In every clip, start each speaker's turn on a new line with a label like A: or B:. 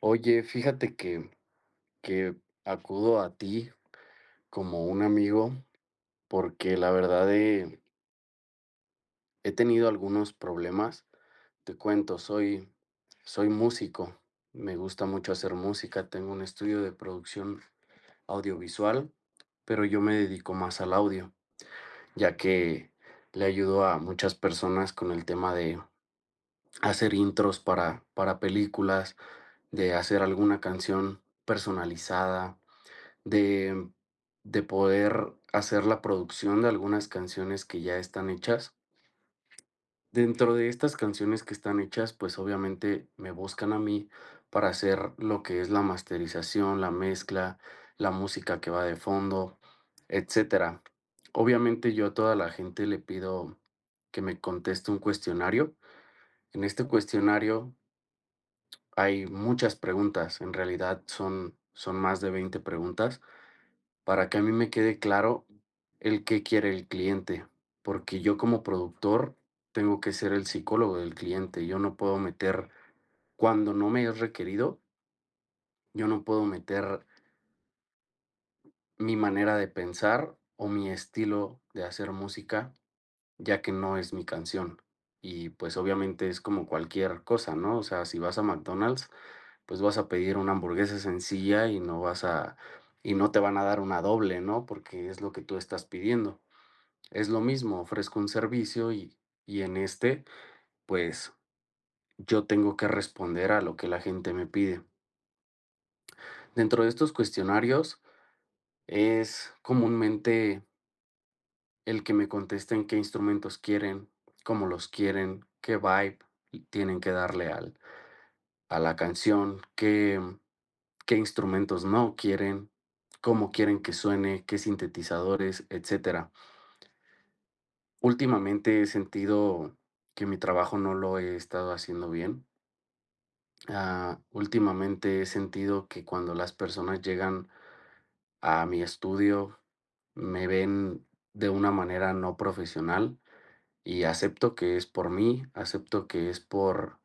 A: Oye, fíjate que acudo a ti como un amigo porque la verdad he tenido algunos problemas. Te cuento, soy músico, me gusta mucho hacer música, tengo un estudio de producción audiovisual, pero yo me dedico más al audio, ya que le ayudo a muchas personas con el tema de hacer intros para películas, de hacer alguna canción personalizada de, de poder hacer la producción de algunas canciones que ya están hechas. Dentro de estas canciones que están hechas, pues obviamente me buscan a mí para hacer lo que es la masterización, la mezcla, la música que va de fondo, etcétera. Obviamente yo a toda la gente le pido que me conteste un cuestionario. En este cuestionario hay muchas preguntas, en realidad son más de 20 preguntas, para que a mí me quede claro el qué quiere el cliente, porque yo como productor tengo que ser el psicólogo del cliente. Yo no puedo meter, cuando no me es requerido, yo no puedo meter mi manera de pensar o mi estilo de hacer música, ya que no es mi canción. Y pues obviamente es como cualquier cosa, ¿no? O sea, si vas a McDonald's, pues vas a pedir una hamburguesa sencilla y y no te van a dar una doble, ¿no? Porque es lo que tú estás pidiendo. Es lo mismo, ofrezco un servicio y en este, pues yo tengo que responder a lo que la gente me pide. Dentro de estos cuestionarios es comúnmente el que me contesten qué instrumentos quieren, cómo los quieren, qué vibe tienen que darle a la canción, qué instrumentos no quieren, cómo quieren que suene, qué sintetizadores, etcétera. Últimamente he sentido que mi trabajo no lo he estado haciendo bien. Últimamente he sentido que cuando las personas llegan a mi estudio, me ven de una manera no profesional y acepto que es por mí, acepto que es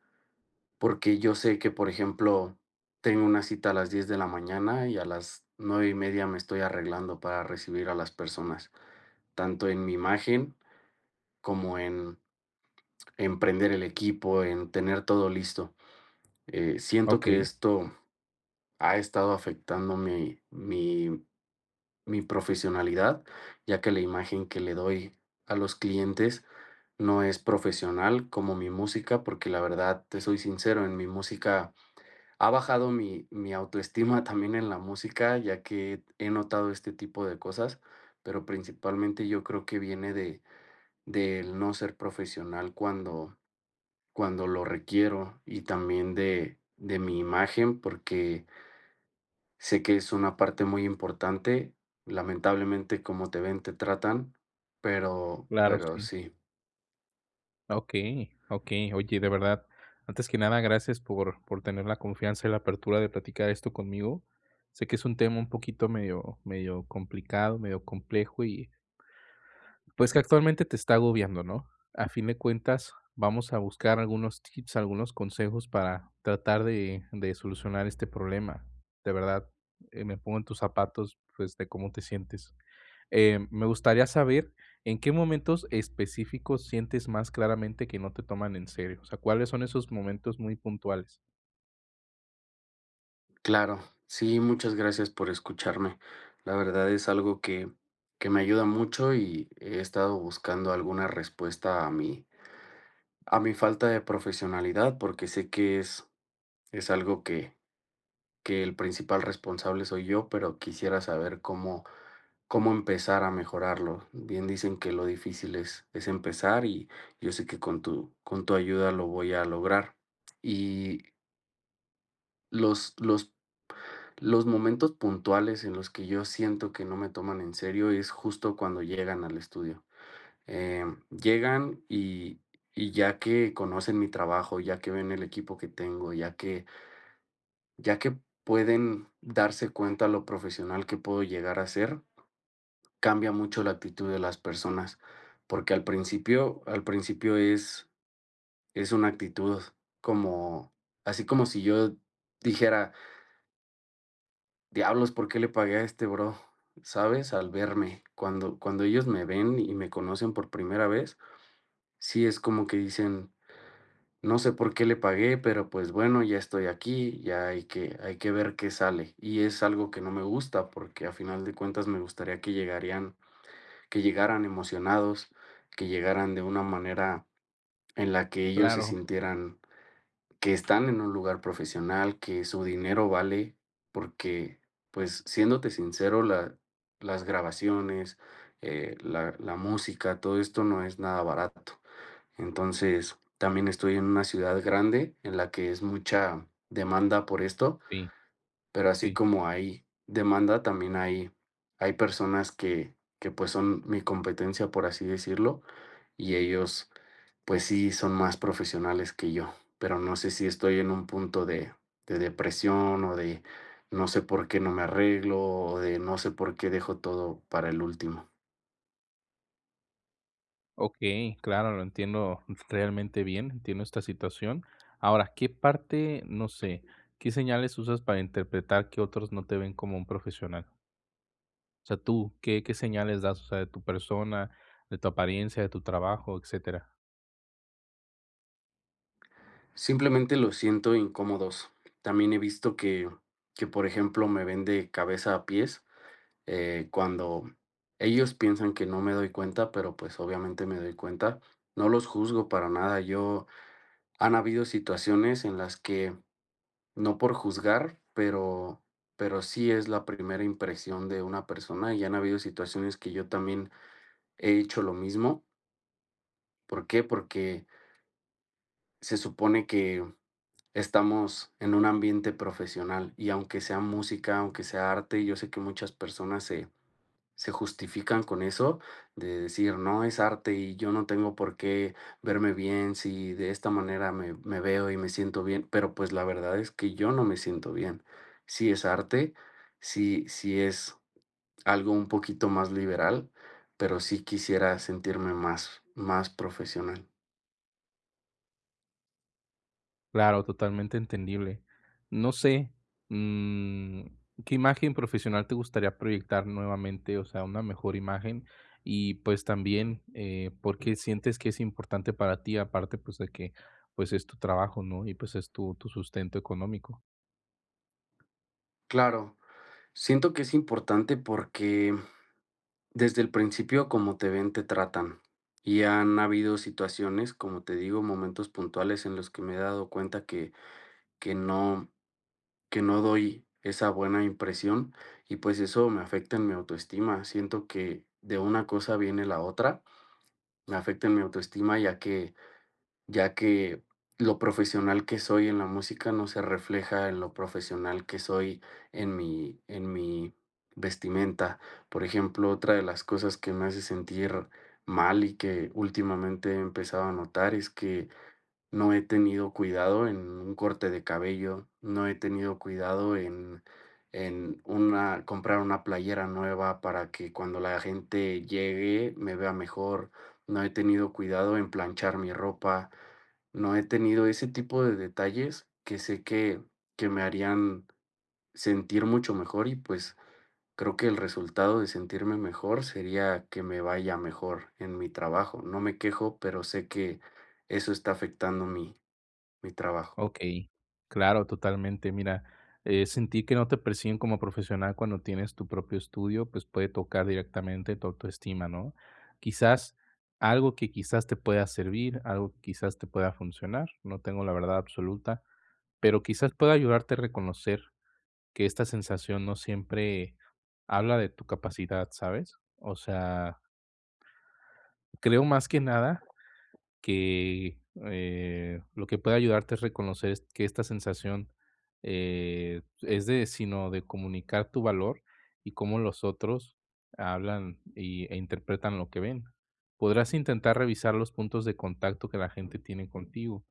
A: porque yo sé que, por ejemplo, tengo una cita a las 10 de la mañana y a las 9:30 me estoy arreglando para recibir a las personas, tanto en mi imagen como emprender el equipo, en tener todo listo. Siento que
B: Okey,
A: esto ha estado afectando mi profesionalidad, ya que la imagen que le doy a los clientes no es profesional como mi música, porque la verdad, te soy sincero, en mi música ha bajado mi autoestima también en la música, ya que he notado este tipo de cosas, pero principalmente yo creo que viene de del no ser profesional cuando lo requiero y también de mi imagen, porque sé que es una parte muy importante. Lamentablemente como te ven, te tratan, pero
B: claro, sí.
A: sí,
B: Okey, okey. Oye, de verdad, antes que nada, gracias por tener la confianza y la apertura de platicar esto conmigo. Sé que es un tema un poquito medio complicado, medio complejo y, pues, que actualmente te está agobiando, ¿no? A fin de cuentas, vamos a buscar algunos tips, algunos consejos para tratar de solucionar este problema. De verdad, me pongo en tus zapatos, pues, de cómo te sientes. Me gustaría saber en qué momentos específicos sientes más claramente que no te toman en serio. O sea, ¿cuáles son esos momentos muy puntuales?
A: claro. Sí, muchas gracias por escucharme. La verdad es algo que me ayuda mucho y he estado buscando alguna respuesta a mi falta de profesionalidad, porque sé que es algo que el principal responsable soy yo, pero quisiera saber cómo empezar a mejorarlo. Bien dicen que lo difícil es empezar y yo sé que con con tu ayuda lo voy a lograr. Y los, los, los momentos puntuales en los que yo siento que no me toman en serio es justo cuando llegan al estudio. Llegan y ya que conocen mi trabajo, ya que ven el equipo que tengo, ya que pueden darse cuenta lo profesional que puedo llegar a ser, cambia mucho la actitud de las personas, porque al principio es una actitud como así como si yo dijera: "Diablos, ¿por qué le pagué a este bro?", ¿sabes? Al verme, cuando ellos me ven y me conocen por primera vez, sí es como que dicen: "No sé por qué le pagué, pero pues bueno, ya estoy aquí, ya hay que ver qué sale". Y es algo que no me gusta, porque a final de cuentas me gustaría que llegarían, que llegaran emocionados, que llegaran de una manera en la que ellos se
B: Claro.
A: sintieran que están en un lugar profesional, que su dinero vale, porque pues siéndote sincero, las grabaciones, la música, todo esto no es nada barato. Entonces, también estoy en una ciudad grande en la que es mucha demanda por esto,
B: Sí,
A: pero así
B: sí.
A: como hay demanda, también hay personas que pues son mi competencia, por así decirlo, y ellos pues sí son más profesionales que yo, pero no sé si estoy en un punto de depresión o de no sé por qué no me arreglo o de no sé por qué dejo todo para el último.
B: Okey, claro, lo entiendo realmente bien, entiendo esta situación. Ahora, ¿qué parte, no sé, qué señales usas para interpretar que otros no te ven como un profesional? O sea, tú, ¿qué señales das, o sea, de tu persona, de tu apariencia, de tu trabajo, etcétera?
A: Simplemente los siento incómodos. También he visto que, por ejemplo, me ven de cabeza a pies, cuando ellos piensan que no me doy cuenta, pero, pues, obviamente me doy cuenta. No los juzgo para nada. Yo han habido situaciones en no por juzgar, pero sí es la primera impresión de una persona, y han habido situaciones que yo también he hecho lo mismo. ¿Por qué? Porque se supone que estamos en un ambiente profesional y aunque sea música, aunque sea arte, yo sé que muchas personas se justifican con eso, de decir, no es arte y yo no tengo por qué verme bien si de esta manera me veo y me siento bien, pero pues la verdad es que yo no me siento bien. Sí es arte, sí, es algo un poquito más liberal, pero sí quisiera sentirme más profesional.
B: Claro, totalmente entendible. No sé, mm, ¿qué imagen profesional te gustaría proyectar nuevamente? O sea, una mejor imagen. Y pues también, ¿por qué sientes que es importante para ti? Aparte, pues de que pues es tu trabajo, ¿no? Y pues es tu, tu sustento económico.
A: Claro, siento que es importante porque desde el principio, como te ven, te tratan. Y han habido situaciones, como te digo, momentos puntuales en los que me he dado cuenta que no, que no doy esa buena impresión y pues eso me afecta en mi autoestima. Siento que de una cosa viene la otra, me afecta en mi autoestima ya que lo profesional que soy en la música no se refleja en lo profesional que soy en en mi vestimenta. Por ejemplo, otra de las cosas que me hace sentir mal y que últimamente he empezado a notar es que no he tenido cuidado en un corte de cabello, no he tenido cuidado en una comprar una playera nueva para que cuando la gente llegue me vea mejor, no he tenido cuidado en planchar mi ropa, no he tenido ese tipo de detalles que sé que me harían sentir mucho mejor y, pues, creo que el resultado de sentirme mejor sería que me vaya mejor en mi trabajo. No me quejo, pero sé que eso está afectando mi trabajo,
B: Ok, claro, totalmente. Mira, sentir que no te persiguen como profesional cuando tienes tu propio estudio, pues puede tocar directamente tu autoestima, ¿no? Quizás algo que quizás te pueda servir, algo que quizás te pueda funcionar, no tengo la verdad absoluta, pero quizás pueda ayudarte a reconocer que esta sensación no siempre habla de tu capacidad, ¿sabes? O sea, creo más que nada que, lo que puede ayudarte es reconocer es que esta sensación, es de sino de comunicar tu valor y cómo los otros hablan y e interpretan lo que ven. Podrás intentar revisar los puntos de contacto que la gente tiene contigo,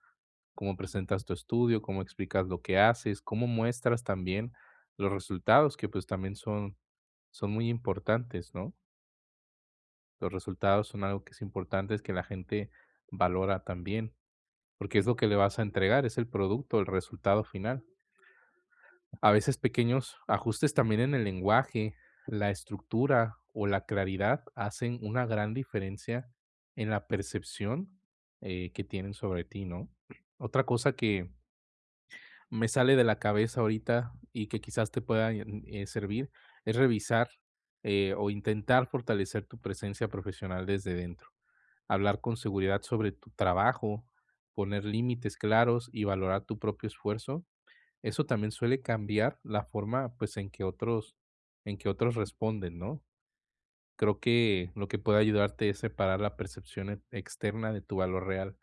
B: cómo presentas tu estudio, cómo explicas lo que haces, cómo muestras también los resultados, que, pues, también son son muy importantes, ¿no? Los resultados son algo que es importante, es que la gente valora también porque es lo que le vas a entregar, es el producto, el resultado final. A veces pequeños ajustes también en el lenguaje, la estructura o la claridad hacen una gran diferencia en la percepción que tienen sobre ti, ¿no? Otra cosa que me sale de la cabeza ahorita y que quizás te pueda servir es revisar o intentar fortalecer tu presencia profesional desde dentro, hablar con seguridad sobre tu trabajo, poner límites claros y valorar tu propio esfuerzo, eso también suele cambiar la forma, pues, en que otros responden, ¿no? Creo que lo que puede ayudarte es separar la percepción externa de tu valor real,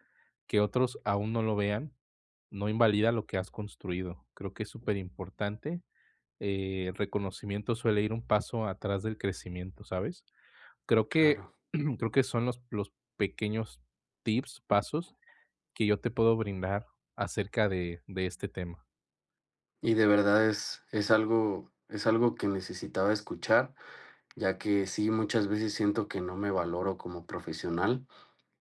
B: que otros aún no lo vean, no invalida lo que has construido. Creo que es súper importante. El reconocimiento suele ir un paso atrás del crecimiento, ¿sabes? Creo que
A: claro.
B: creo que son los pequeños tips, pasos que yo te puedo brindar acerca de este tema.
A: Y de verdad es algo que necesitaba escuchar, ya que sí, muchas veces siento que no me valoro como profesional,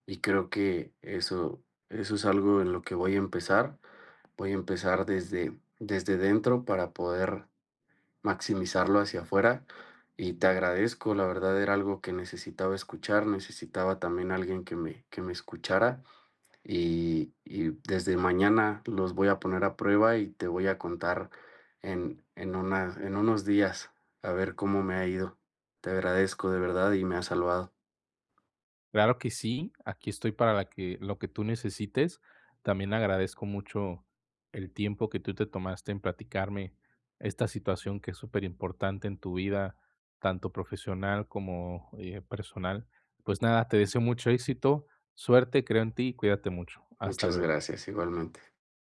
A: y creo que eso es algo en lo que voy a empezar. Voy a empezar desde dentro para poder maximizarlo hacia afuera, y te agradezco, la verdad era algo que necesitaba escuchar, necesitaba también alguien que me escuchara, y desde mañana los voy a poner a prueba y te voy a contar en unos días a ver cómo me ha ido. Te agradezco de verdad y me has salvado.
B: Claro que sí, aquí estoy para la que lo que tú necesites. También agradezco mucho el tiempo que tú te tomaste en platicarme esta situación que es súper importante en tu vida, tanto profesional como, personal. Pues nada, te deseo mucho éxito, suerte, creo en ti y cuídate mucho. Hasta
A: Muchas
B: luego.
A: gracias igualmente.